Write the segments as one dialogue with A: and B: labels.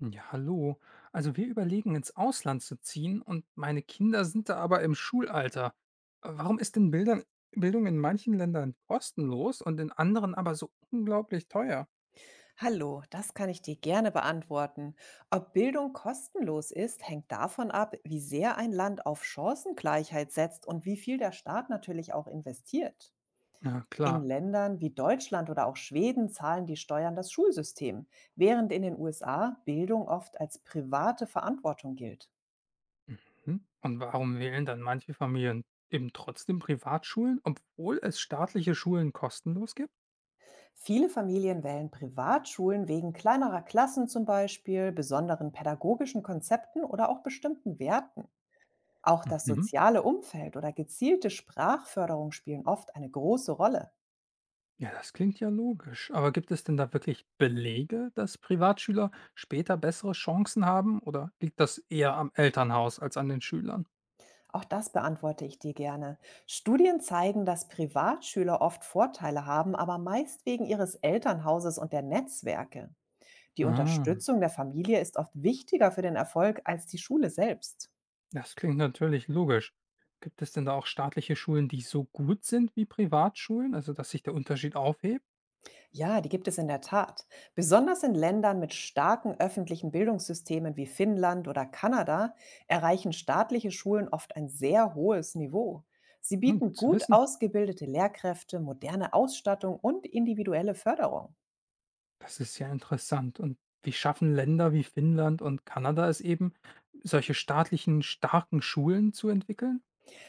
A: Ja, hallo. Also wir überlegen, ins Ausland zu ziehen, und meine Kinder sind da aber im Schulalter. Warum ist denn Bildung in manchen Ländern kostenlos und in anderen aber so unglaublich teuer?
B: Hallo, das kann ich dir gerne beantworten. Ob Bildung kostenlos ist, hängt davon ab, wie sehr ein Land auf Chancengleichheit setzt und wie viel der Staat natürlich auch investiert.
A: Na klar.
B: In Ländern wie Deutschland oder auch Schweden zahlen die Steuern das Schulsystem, während in den USA Bildung oft als private Verantwortung gilt.
A: Mhm. Und warum wählen dann manche Familien eben trotzdem Privatschulen, obwohl es staatliche Schulen kostenlos gibt?
B: Viele Familien wählen Privatschulen wegen kleinerer Klassen zum Beispiel, besonderen pädagogischen Konzepten oder auch bestimmten Werten. Auch das
A: Mhm.
B: soziale Umfeld oder gezielte Sprachförderung spielen oft eine große Rolle.
A: Ja, das klingt ja logisch. Aber gibt es denn da wirklich Belege, dass Privatschüler später bessere Chancen haben, oder liegt das eher am Elternhaus als an den Schülern?
B: Auch das beantworte ich dir gerne. Studien zeigen, dass Privatschüler oft Vorteile haben, aber meist wegen ihres Elternhauses und der Netzwerke. Die
A: Ah,
B: Unterstützung der Familie ist oft wichtiger für den Erfolg als die Schule selbst.
A: das klingt natürlich logisch. Gibt es denn da auch staatliche Schulen, die so gut sind wie Privatschulen, also dass sich der Unterschied aufhebt?
B: Ja, die gibt es in der Tat. Besonders in Ländern mit starken öffentlichen Bildungssystemen wie Finnland oder Kanada erreichen staatliche Schulen oft ein sehr hohes Niveau. Sie
A: Hm, gut
B: bieten
A: zu
B: gut
A: wissen.
B: ausgebildete Lehrkräfte, moderne Ausstattung und individuelle Förderung.
A: Das ist ja interessant. Und wie schaffen Länder wie Finnland und Kanada es eben, solche staatlichen starken Schulen zu entwickeln?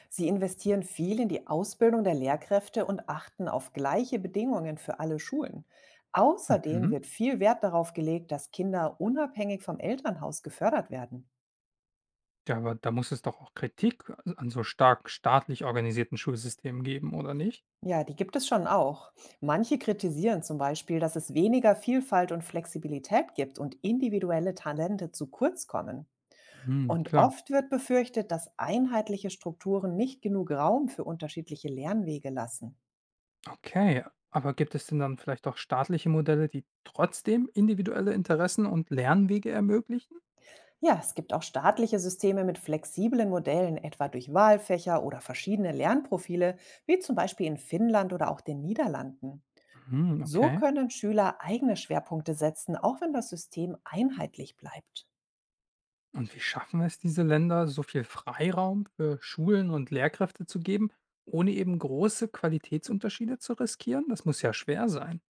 B: Sie investieren viel in die Ausbildung der Lehrkräfte und achten auf gleiche Bedingungen für alle Schulen. Außerdem
A: Mhm.
B: wird viel Wert darauf gelegt, dass Kinder unabhängig vom Elternhaus gefördert werden.
A: Ja, aber da muss es doch auch Kritik an so stark staatlich organisierten Schulsystemen geben, oder nicht?
B: Ja, die gibt es schon auch. Manche kritisieren zum Beispiel, dass es weniger Vielfalt und Flexibilität gibt und individuelle Talente zu kurz kommen.
A: Hm,
B: Und
A: klar.
B: oft wird befürchtet, dass einheitliche Strukturen nicht genug Raum für unterschiedliche Lernwege lassen.
A: Okay, aber gibt es denn dann vielleicht auch staatliche Modelle, die trotzdem individuelle Interessen und Lernwege ermöglichen?
B: Ja, es gibt auch staatliche Systeme mit flexiblen Modellen, etwa durch Wahlfächer oder verschiedene Lernprofile, wie zum Beispiel in Finnland oder auch den Niederlanden.
A: Mhm,
B: So
A: okay.
B: können Schüler eigene Schwerpunkte setzen, auch wenn das System einheitlich bleibt.
A: Und wie schaffen es diese Länder, so viel Freiraum für Schulen und Lehrkräfte zu geben, ohne eben große Qualitätsunterschiede zu riskieren? Das muss ja schwer sein.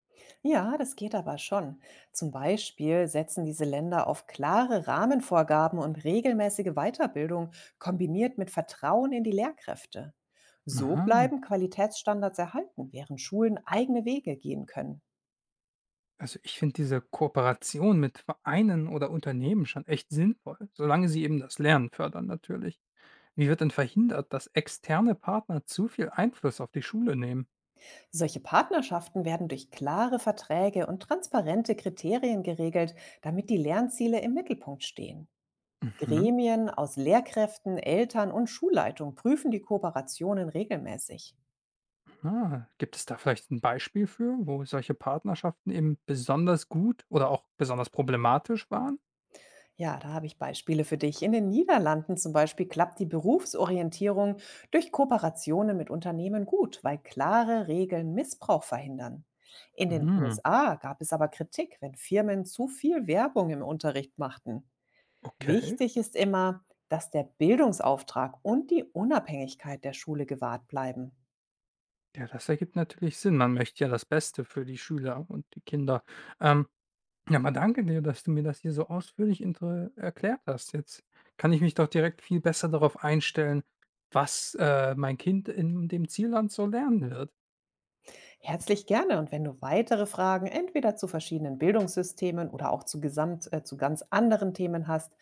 B: Ja, das geht aber schon. Zum Beispiel setzen diese Länder auf klare Rahmenvorgaben und regelmäßige Weiterbildung kombiniert mit Vertrauen in die Lehrkräfte. So
A: Aha.
B: bleiben Qualitätsstandards erhalten, während Schulen eigene Wege gehen können.
A: Also ich finde diese Kooperation mit Vereinen oder Unternehmen schon echt sinnvoll, solange sie eben das Lernen fördern natürlich. Wie wird denn verhindert, dass externe Partner zu viel Einfluss auf die Schule nehmen?
B: Solche Partnerschaften werden durch klare Verträge und transparente Kriterien geregelt, damit die Lernziele im Mittelpunkt stehen.
A: Mhm.
B: Gremien aus Lehrkräften, Eltern und Schulleitung prüfen die Kooperationen regelmäßig.
A: Ah, gibt es da vielleicht ein Beispiel für, wo solche Partnerschaften eben besonders gut oder auch besonders problematisch waren?
B: Ja, da habe ich Beispiele für dich. In den Niederlanden zum Beispiel klappt die Berufsorientierung durch Kooperationen mit Unternehmen gut, weil klare Regeln Missbrauch verhindern. In den
A: Mhm,
B: USA gab es aber Kritik, wenn Firmen zu viel Werbung im Unterricht machten.
A: okay.
B: Wichtig ist immer, dass der Bildungsauftrag und die Unabhängigkeit der Schule gewahrt bleiben.
A: Ja, das ergibt natürlich Sinn. Man möchte ja das Beste für die Schüler und die Kinder. Ähm, ja, mal danke dir, dass du mir das hier so ausführlich inter erklärt hast. Jetzt kann ich mich doch direkt viel besser darauf einstellen, was, mein Kind in dem Zielland so lernen wird.
B: Herzlich gerne, und wenn du weitere Fragen entweder zu verschiedenen Bildungssystemen oder auch zu, gesamt, zu ganz anderen Themen hast,